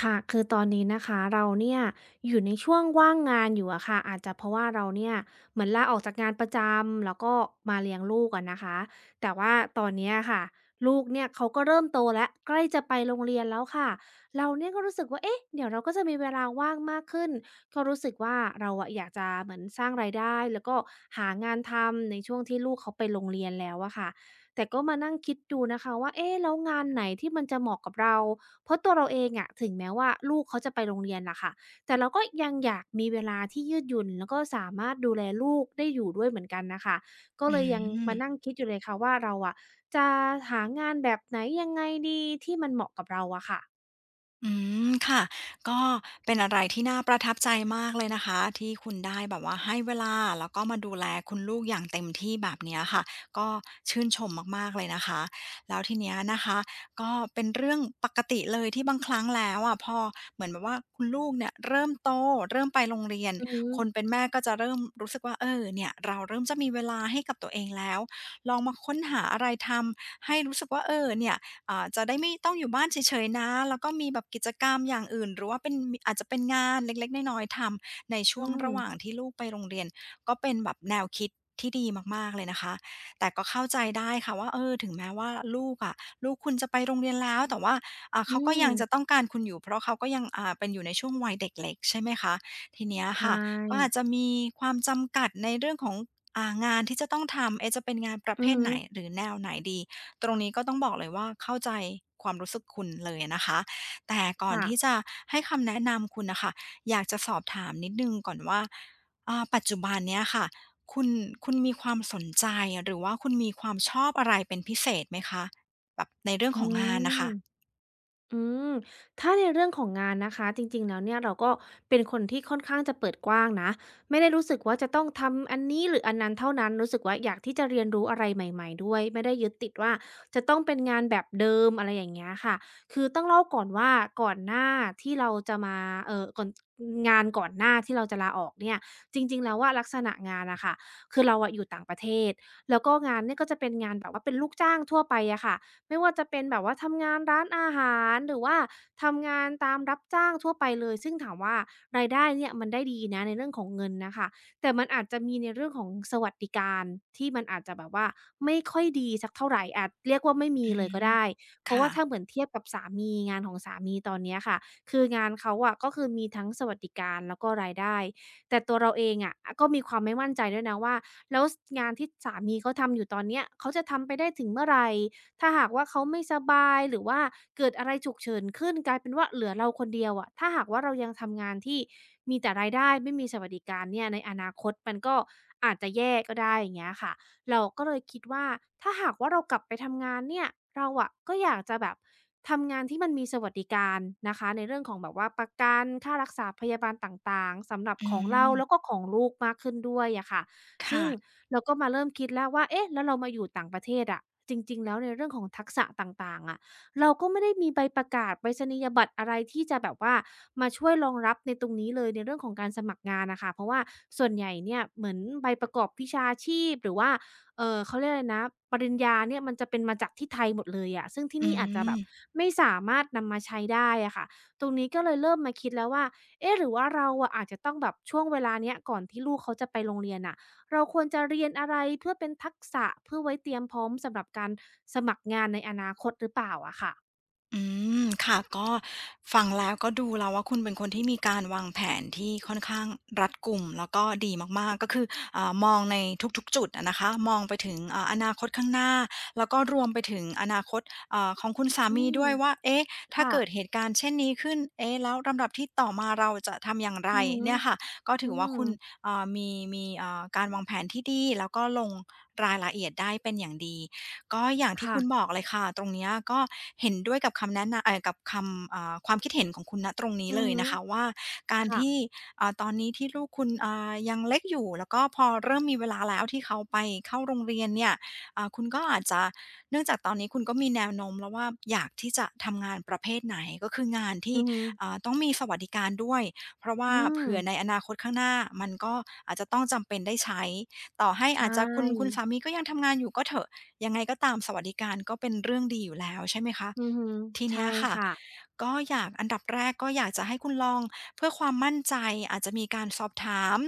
ค่ะคือตอนนี้นะคะเราเนี่ยอยู่ในช่วงว่างงานอยู่อะค่ะอาจจะเพราะว่าเราเนี่ยเหมือนลาออกจากงานประจำแล้วก็มาเลี้ยงลูกอะนะคะแต่ว่าตอนเนี้ยค่ะลูกเนี่ยเขาก็เริ่มโตแล้วใกล้จะไปโรงเรียนแล้วค่ะเราเนี่ยก็รู้สึกว่าเอ๊ะเดี๋ยวเราก็จะมีเวลาว่างมากขึ้นก็รู้สึกว่าเราอะอยากจะเหมือนสร้างรายได้แล้วก็หางานทำในช่วงที่ลูกเขาไปโรงเรียนแล้วอะค่ะ แต่ก็มานั่งคิดดูนะคะว่าเอ๊ะแล้วงานไหนที่มันจะเหมาะกับเราเพราะตัวเราเองอะถึงแม้ว่าลูกเขาจะไปโรงเรียนล่ะค่ะแต่เราก็ยังอยากมีเวลาที่ยืดหยุ่นแล้วก็สามารถดูแลลูกได้อยู่ด้วยเหมือนกันน่ะค่ะก็อืเลยยังมามนั่งคิดอยู่เลยค่ะว่าเราอะจะหางานแบบไหนยังไงดีที่มันเหมาะกับเราอะค่ะอืมค่ะก็เป็นอะไรที่น่าประทับใจมากเลยนะคะที่คุณได้แบบว่าให้เวลาแล้วก็มาดูแลคุณลูกอย่างเต็มที่แบบเนี้ยค่ะก็ชื่นชมมากๆเลยนะคะแล้วทีเนี้ยนะคะก็เป็นเรื่องปกติเลยที่บางครั้งแล้วอะพอเหมือนแบบว่าคุณลูกเนี่ยเริ่มโตเริ่มไปโรงเรียนอือฮึคนเป็นแม่ก็จะเริ่มรู้สึกว่าเออเนี่ยเราเริ่มจะมีเวลาให้กับตัวเองแล้วลองมาค้นหาอะไรทำให้รู้สึกว่าเออเนี่ย จะได้ไม่ต้องอยู่บ้านเฉยๆนะแล้วก็มีแบบกิจกรรมอย่างอื่นหรือว่าเป็นอาจจะเป็นงานเล็กๆน้อยๆทำในช่วงอืมระหว่างที่ลูกไปโรงเรียนก็เป็นแบบแนวคิดที่ดีมากๆเลยนะคะแต่ก็เข้าใจได้ค่ะว่าเออถึงแม้ว่าลูกอะลูกคุณจะไปโรงเรียนแล้วแต่ว่าอ่าอืเขาก็มยังจะต้องการคุณอยู่เพราะเขาก็ยังเป็นอยู่ในช่วงวัยเด็กเล็กใช่ไหมคะทีเนี้ยใชค่ะก็อาจ่จะมีความจำกัดในเรื่องของงานที่จะต้องทำเอะจะเป็นงานประเภอือทฮึไหนหรือแนวไหนดี ตรงนี้ก็ต้องบอกเลยว่าเข้าใจความรู้สึกคุณเลยนะคะแต่ก่อนค่ะที่จะให้คำแนะนำคุณนะคะอยากจะสอบถามนิดนึงก่อนว่าปัจจุบันเนี้ยค่ะคุณคุณมีความสนใจหรือว่าคุณมีความชอบอะไรเป็นพิเศษไหมคะแบบในเรื่องอืของงานนะค่ะม อืมถ้าในเรื่องของงานนะคะจริงๆแล้วเนี่ยเราก็เป็นคนที่ค่อนข้างจะเปิดกว้างนะไม่ได้รู้สึกว่าจะต้องทำอันนี้หรืออันนั้นเท่านั้นรู้สึกว่าอยากที่จะเรียนรู้อะไรใหม่ๆด้วยไม่ได้ยึดติดว่าจะต้องเป็นงานแบบเดิมอะไรอย่างเงี้ยค่ะคือต้องเล่าก่อนว่าก่อนหน้าที่เราจะมาเอ่อก่อนงานก่อนหน้าที่เราจะลาออกเนี่ยจริงๆแล้วอะลักษณะงานอะค่ะคือเราอะอยู่ต่างประเทศแล้วก็งานเนี่ยก็จะเป็นงานแบบว่าเป็นลูกจ้างทั่วไปอะค่ะ ไม่ว่าจะเป็นแบบว่าทำงานร้านอาหารหรือว่าทำงานตามรับจ้างทั่วไปเลยซึ่งถามว่ารายได้เนี่ยมันได้ดีนะในเรื่องของเงินน่ะค่ะแต่มันอาจจะมีในเรื่องของสวัสดิการที่มันอาจจะแบบว่าไม่ค่อยดีสักเท่าไรอาจเรียกว่าไม่มีอืเลยก็มได้ เพราะว่าถ้าค่ะเหมือนเทียบกับสามีงานของสามีตอนเนี้ยค่ะคืองานเขาอะก็คือมีทั้งสวัสดิการแล้วก็รายได้แต่ตัวเราเองอะก็มีความไม่มั่นใจด้วยนะว่าแล้วสงานที่สามีเขาทำอยู่ตอนเนี้ยเขาจะทำไปได้ถึงเมื่อไร ถ้าหากว่าเขาไม่สบายหรือว่าเกิดอะไรฉุกเฉินขึ้นกลายเป็นว่าเหลือเราคนเดียวอะถ้าหากว่าเรายังทำงานที่มีแต่รายได้ไม่มีสวัสดิการเนี่ยในอนาคตมันก็อาจจะแย่ก็ได้อย่างเงี้ยค่ะเราก็เลยคิดว่าถ้าหากว่าเรากลับไปทำงานเนี่ยเราอะก็อยากจะแบบทำงานที่มันมีสวัสดิการนะคะในเรื่องของแบบว่าประกันค่ารักษาพยาบาลต่างๆสำหรับอืของเรามแล้วก็ของลูกมากขึ้นด้วยอะค่ะซึ่ง ค่ะเราก็มาเริ่มคิดแล้วว่าเอ๊ะแล้วเรามาอยู่ต่างประเทศอะจริงๆแล้วในเรื่องของทักษะต่างๆอะเราก็ไม่ได้มีใบประกาศไปรษณียบัตรอะไรที่จะแบบว่ามาช่วยรองรับในตรงนี้เลยในเรื่องของการสมัครงานน่ะค่ะเพราะว่าส่วนใหญ่เนี่ยเหมือนใบประกอบวิชาชีพหรือว่าเขาเรียกอะไรนะปริญญาเนี่ยมันจะเป็นมาจากที่ไทยหมดเลยอะซึ่งที่อืนี่อาจจะแบม บไม่สามารถนำมาใช้ได้อะค่ะตรงนี้ก็เลยเริ่มมาคิดแล้วว่าเอ๊ะหรือว่าเราอะอาจจะต้องแบบช่วงเวลาเนี้ยก่อนที่ลูกเขาจะไปโรงเรียนน่ะ เราควรจะเรียนอะไรเพื่อเป็นทักษะเพื่อไว้เตรียมพร้อมสำหรับการสมัครงานในอนาคตหรือเปล่าอะค่ะอืมค่ะก็ฟังแล้วก็ดูแล้วว่าคุณเป็นคนที่มีการวางแผนที่ค่อนข้างรัดกุมแล้วก็ดีมากๆก็คือมองในทุกๆจุดอะนะคะมองไปถึงอนาคตข้างหน้าแล้วก็รวมไปถึงอนาคตของคุณสาอืมีมด้วยว่าเอ๊ะถ้าค่ะเกิดเหตุการณ์เช่นนี้ขึ้นเอ๊ะแล้วลำดับที่ต่อมาเราจะทำอย่างไรอือฮึเนี่ยค่ะก็อืถือว่ามคุณอ่ามีมีการวางแผนที่ดีแล้วก็ลงรายละเอียดได้เป็นอย่างดี ก็อย่างที่ค่ะคุณบอกเลยค่ะตรงเนี้ยก็เห็นด้วยกับคำแนะนำเอ่อกับคำอ่าความคิดเห็นของคุณณตรงนี้อืเลอยฮึนะคะว่าการค่ะที่ตอนนี้ที่ลูกคุณยังเล็กอยู่แล้วก็พอเริ่มมีเวลาแล้วที่เขาไปเข้าโรงเรียนเนี่ยคุณก็อาจจะเนื่องจากตอนนี้คุณก็มีแนวโน้มแล้วว่าอยากที่จะทำงานประเภทไหนก็คืองานที่อือฮึต้องมีสวัสดิการด้วยเพราะว่าอืมเผื่อในอนาคตข้างหน้ามันก็อาจจะต้องจำเป็นได้ใช้ต่อให้ใชอาจจะคุณ่สามีก็ยังทำงานอยู่ก็เถอะ ยังไงก็ตามสวัสดิการก็เป็นเรื่องดีอยู่แล้วใช่ไหมคะอือฮึทีเนี้ยใช่ค่ะค่ะก็อยากอันดับแรกก็อยากจะให้คุณลองเพื่อความมั่นใจอาจจะมีการสอบถาม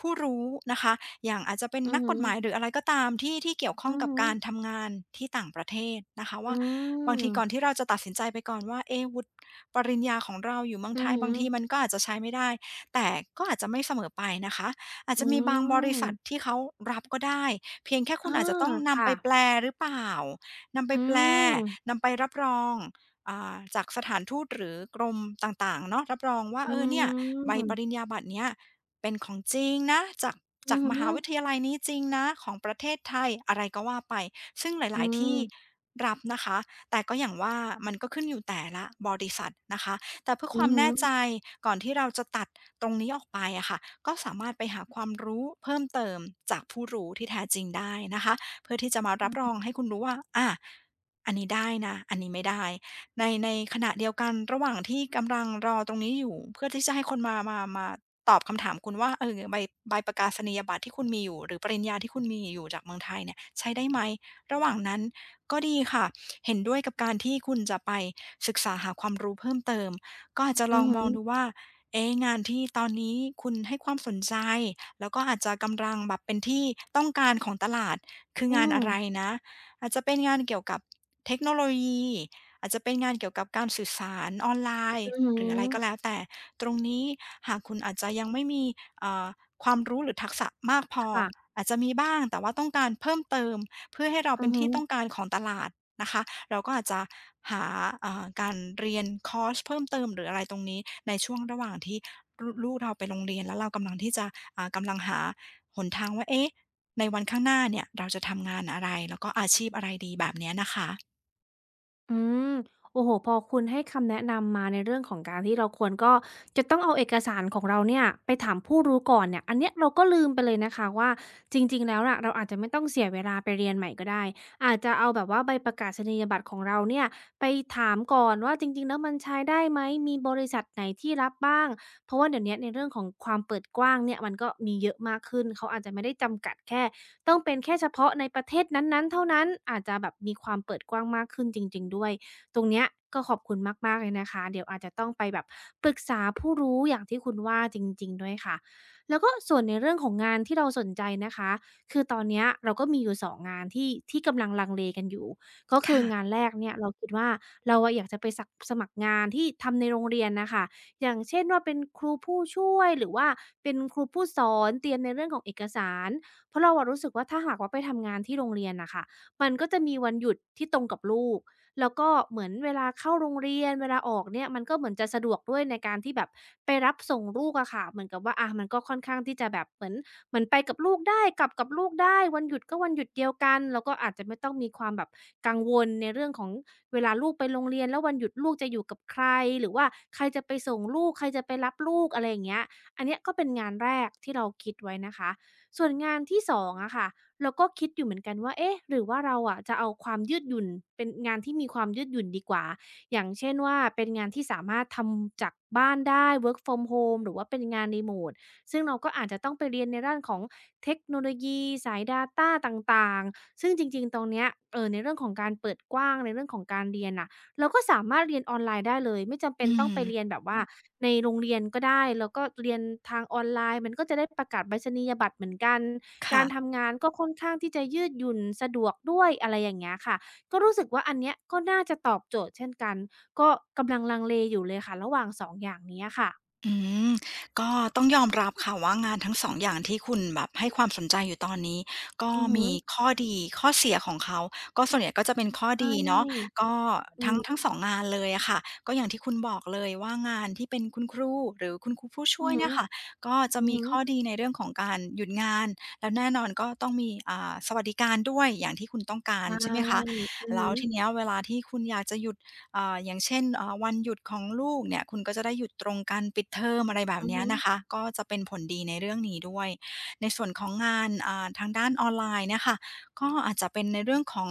ผู้รู้นะคะอย่างอาจจะเป็นอืนัอกฮึกฎหมายหรืออะไรก็ตามที่เกี่ยวข้องอือกับฮึการทำงานที่ต่างประเทศนะคะว่าอืบางมทีก่อนที่เราจะตัดสินใจไปก่อนว่าเอะวุฒิปริญญาของเราอยู่เมืองอืไทอยฮึบางทีมันก็อาจจะใช้ไม่ได้แต่ก็อาจจะไม่เสมอไปนะคะอาจอืจะมีบางบริษัทมที่เขารับก็ได้ เพียงแค่คุอาณอาจจะต้องนำไปค่ะแปลหรือเปล่า นำไปอืแปล มนำไปรับรองจากสถานทูตหรือกรมต่างๆเนาะรับรองว่าอืเออเนี่ยใบปริญมญาบัตรเนี้ยเป็นของจริงนะ จากอืจากอมฮึหาวิทยาลัยนี้จริงนะของประเทศไทยอะไรก็ว่าไป ซึ่งหอืลายๆที่มรับนะคะแต่ก็อย่างว่ามันก็ขึ้นอยู่แต่ละบริษัทนะคะ แต่เพื่อคอืวาอมฮึแน่ใจก่อนที่เราจะตัดตรงนี้ออกไปอะค่ะก็สามารถไปหาความรู้เพิ่มเติมจากผู้รู้ที่แท้จริงได้นะคะเพื่อที่จะมารับอืรอองให้คุณรู้ว่าอันนี้ได้นะอันนี้ไม่ได้ในขณะเดียวกันระหว่างที่กำลังรอตรงนี้อยู่เพื่อที่จะให้คนมาตอบคำถามคุณว่าเออใบประกาศนียบัตรที่คุณมีอยู่หรือปริญญาที่คุณมีอยู่จากเมืองไทยเนี่ยใช้ได้ไหมระหว่างนั้นก็ดีค่ะเห็นด้วยกับการที่คุณจะไปศึกษาหาความรู้เพิ่มเติม ก็อาจจะอืลอองฮึมองดูว่าเอ๊ะงานที่ตอนนี้คุณให้ความสนใจ แล้วก็อาจจะกำลังแบบเป็นที่ต้องการของตลาดคืออืงานมอะไรนะ อาจจะเป็นงานเกี่ยวกับเทคโนโลยี อาจจะเป็นงานเกี่ยวกับการสื่อสารออนไลน์ อือฮึหรืออะไรก็แล้วแต่ตรงนี้หากคุณอาจจะยังไม่มีเอ่อความรู้หรือทักษะมากพอค่ะ อาจจะมีบ้างแต่ว่าต้องการเพิ่มเติมเพื่อให้เราอืเป็อนฮึที่ต้องการของตลาดนะคะ เราก็อาจจะหาการเรียนคอร์สเพิ่มเติมหรืออะไรตรงนี้ในช่วงระหว่างที่ลูกเราไปโรงเรียนแล้วเรากำลังที่จะกำลังหาหนทางว่าเอ๊ะในวันข้างหน้าเนี่ยเราจะทำงานอะไรแล้วก็อาชีพอะไรดีแบบเนี้ยนะคะอืมโอ้โฮพอคุณให้คำแนะนำมาในเรื่องของการที่เราควรก็จะต้องเอาเอกสารของเราเนี่ยไปถามผู้รู้ก่อนเนี่ย อันเนี้ยเราก็ลืมไปเลยนะคะว่าจริงๆแล้วน่ะเราอาจจะไม่ต้องเสียเวลาไปเรียนใหม่ก็ได้อาจจะเอาแบบว่าใบประกาศนียบัตรของเราเนี่ยไปถามก่อนว่าจริงๆแล้วมันใช้ได้ไหมมีบริษัทไหนที่รับบ้างเพราะว่าเดี๋ยวเนี้ยในเรื่องของความเปิดกว้างเนี่ยมันก็มีเยอะมากขึ้นเขาอาจจะไม่ได้จำกัดแค่ ต้องเป็นแค่เฉพาะในประเทศนั้นๆเท่านั้น อาจจะแบบมีความเปิดกว้างมากขึ้นจริงๆด้วย ตรงเนี้ยก็ขอบคุณมากๆเลยนะคะเดี๋ยวอาจจะต้องไปแบบปรึกษาผู้รู้อย่างที่คุณว่าจริงๆด้วยค่ะแล้วก็ส่วนในเรื่องของงานที่เราสนใจนะคะคือตอนเนี้ยเราก็มีอยู่2งงานที่กำลังลังเลกันอยู่ ก็คืองานค่ะแรกเนี่ยเราคิดว่าเราอะอยากจะไปสักสมัครงานที่ทำในโรงเรียนน่ะค่ะอย่างเช่นว่าเป็นครูผู้ช่วยหรือว่าเป็นครูผู้สอนเตรียมในเรื่องของเอกสาร เพราะเราอะรู้สึกว่าถ้าหากว่าไปทำงานที่โรงเรียนน่ะค่ะมันก็จะมีวันหยุดที่ตรงกับลูกแล้วก็เหมือนเวลาเข้าโรงเรียนเวลาออกเนี่ยมันก็เหมือนจะสะดวกด้วยในการที่แบบไปรับส่งลูกอะค่ะเหมือนกับว่าอามันก็ค่อนข้างที่จะแบบเหมือนไปกับลูกได้กลับกับลูกได้วันหยุดก็วันหยุดเดียวกันแล้วก็อาจจะไม่ต้องมีความแบบกังวลในเรื่องของเวลาลูกไปโรงเรียนแล้ววันหยุดลูกจะอยู่กับใครหรือว่าใครจะไปส่งลูกใครจะไปรับลูกอะไรอย่างเงี้ยอันเนี้ยก็เป็นงานแรกที่เราคิดไว้นะคะ ส่วนงานที่สองอะค่ะเราก็คิดอยู่เหมือนกันว่าเอ๊ะหรือว่าเราอะจะเอาความยืดหยุ่นเป็นงานที่มีความยืดหยุ่นดีกว่าอย่างเช่นว่าเป็นงานที่สามารถทำจากบ้านได้ work from home หรือว่าเป็นงาน r e m o ดซึ่งเราก็อาจจะต้องไปเรียนในด้านของเทคโนโลยีสายดาต้าต่างๆซึ่งจริงๆตรงเนี้ยในเรื่องของการเปิดกว้างในเรื่องของการเรียนน่ะเราก็สามารถเรียนออนไลน์ได้เลยไม่จำเป็อืนต้อมงไปเรียนแบบว่า ในโรงเรียนก็ได้แล้วก็เรียนทางออนไลน์มันก็จะได้ประกาศไปรษณียบัตรเหมือนกันกาค่ะ รทำงานก็ค่อนข้างที่จะยืดหยุ่นสะดวกด้วยอะไรอย่างเงี้ยค่ะก็รู้สึกว่าอันเนี้ยก็น่าจะตอบโจทย์เช่นกันก็กำลังลังเลอยู่เลยค่ะระหว่างสองอย่างเนี้อค่ะอืมก็ต้องยอมรับค่ะว่างานทั้ง2องอย่างที่คุณแบบให้ความสนใจอยู่ตอนนี้ก็อือฮึมีข้อดีข้อเสียของเขาก็ส่วนใหญ่ก็จะเป็นข้อใชดีเนาะ่ก็อืทั้งม2งงานเลยอะค่ะก็อย่างที่คุณบอกเลยว่างานที่เป็นคุณครูหรือคุณครูผู้ช่อืวยอฮึเนี่ยค่ะก็จะอือมีฮึข้อดีในเรื่องของการหยุดงานแล้วแน่นอนก็ต้องมีสวัสดิการด้วยอย่างที่คุณต้องการใช่ใช่ไหมคะอือแล้ฮึวทีเนี้ยเวลาที่คุณอยากจะหยุด อย่างเช่นวันหยุดของลูกเนี่ยคุณก็จะได้หยุดตรงกันปิดเทอมอะไรแบบอือเนี้ยฮึนะคะก็จะเป็นผลดีในเรื่องนี้ด้วยในส่วนของงานทางด้านออนไลน์เนี่ยค่ะก็อาจจะเป็นในเรื่องของ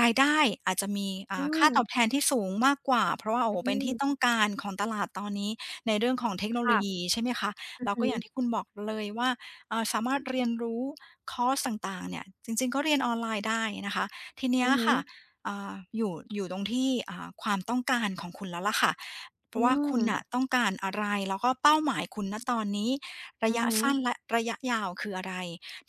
รายได้อาจจะมีอืค่ามตอบแทนที่สูงมากกว่าเพราะว่าโอ้โหเป็อืนมที่ต้องการของตลาดตอนนี้ในเรื่องของเทคโนโลยีค่ะใช่ไหมคะอือแล้วก็ฮึอย่างที่คุณบอกเลยว่าสามารถเรียนรู้คอร์สต่างๆเนี่ยจริงๆก็เรียนออนไลน์ได้นะคะทีเนี้ยอือฮึค่ะ อยู่ตรงที่ความต้องการของคุณแล้วล่ะค่ะ เพอืราะว่าคุมณน่ะต้องการอะไรแล้วก็เป้าหมายคุณณตอนนี้ระอือยะฮึสั้นและระยะยาวคืออะไร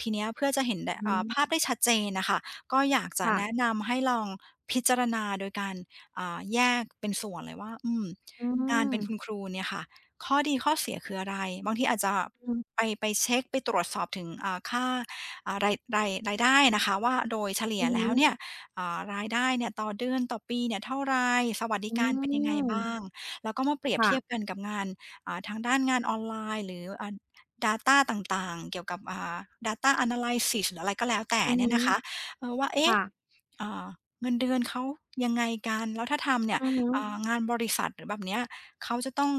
ทีเนี้ยเพื่อจะเห็นไดอืมภาพได้ชัดเจนนะคะก็อยากจะแนะค่ะนำให้ลองพิจารณาโดยการแยกเป็นส่วนเลยว่าอืมอืงานมเป็นคุณครูเนี่ยค่ะข้อดีข้อเสียคืออะไรบางทีอาจจะอือไปเช็คไปตรวจสอบถึงค่ารายได้นะคะว่าโดยเฉลี่ยอือแล้ฮึ วเนี่ย รายได้เนี่ยต่อเดือนต่อปีเนี่ยเท่าไรสวัสดิอืการเป็นยังไงมบ้างแล้วก็มาเปรียบค่ะเทียบกันกับงานทางด้านงานออนไลน์หรือdata ต่างๆเกี่ยวกับdata analysis หรืออะไรก็แล้วแต่อือเนี่ฮึยนะคะเออว่าเอ๊ะค่ะอ่าเงินเดือนเขายังไงกันแล้วถ้าทำเนี่ยอือฮึงานบริษัทหรือแบบเนี้ยเขาจะต้อง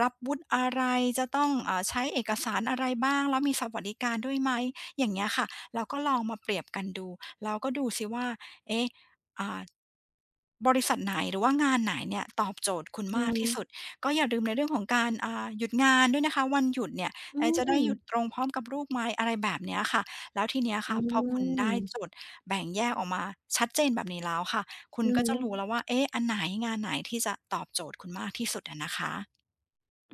รับวุฒิอะไรจะต้องอาใช้เอกสารอะไรบ้างแล้วมีสวัสดิการด้วยไหมอย่างเงี้ยค่ะเราก็ลองมาเปรียบกันดูเราก็ดูสิว่า เอ๊ะอ่าบริษัทไหนหรือว่างานไหนเนี่ยตอบโจทย์คุณอืมากอที่สุด ก็อย่าลืมในเรื่องของการหยุดงานด้วยนะคะวันหยุดเนี่ยอืจะมได้หยุดตรงพร้อมกับลูกไหมอะไรแบบเนี้ยค่ะแล้วทีเนี้ยอืค่ะพอคุณได้มโจทย์แบ่งแยกออกมาชัดเจนแบบนี้แล้วค่ะคุณอืก็จะม รู้แล้วว่าเอ๊ะอันไหนงานไหนที่จะตอบโจทย์คุณมากที่สุดอะนะคะ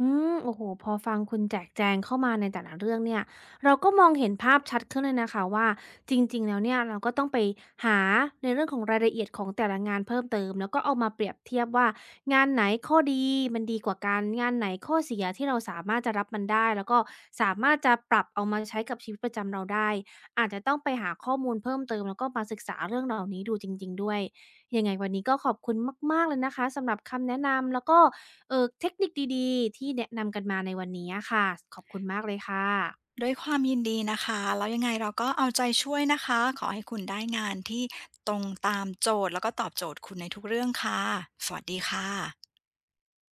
อืมโอ้โฮพอฟังคุณแจกแจงเข้ามาในแต่ละเรื่องเนี่ยเราก็มองเห็นภาพชัดขึ้นเลยนะคะว่าจริงๆแล้วเนี่ยเราก็ต้องไปหาในเรื่องของรายละเอียดของแต่ละงานเพิ่มเติมแล้วก็เอามาเปรียบเทียบว่างานไหนข้อดีมันดีกว่ากันงานไหนข้อเสียที่เราสามารถจะรับมันได้แล้วก็สามารถจะปรับเอามาใช้กับชีวิตประจำเราได้อาจจะต้องไปหาข้อมูลเพิ่มเติมแล้วก็มาศึกษาเรื่องเหล่านี้ดูจริงๆด้วยยังไงวันนี้ก็ขอบคุณมากๆเลยนะคะสำหรับคำแนะนำแล้วก็ เออเทคนิคดีๆที่แนะนำกันมาในวันนี้อะค่ะขอบคุณมากเลยค่ะด้วยความยินดีนะคะแล้วยังไงเราก็เอาใจช่วยนะคะ ขอให้คุณได้งานที่ตรงตามโจทย์แล้วก็ตอบโจทย์คุณในทุกเรื่องค่ะ สวัสดีค่ะ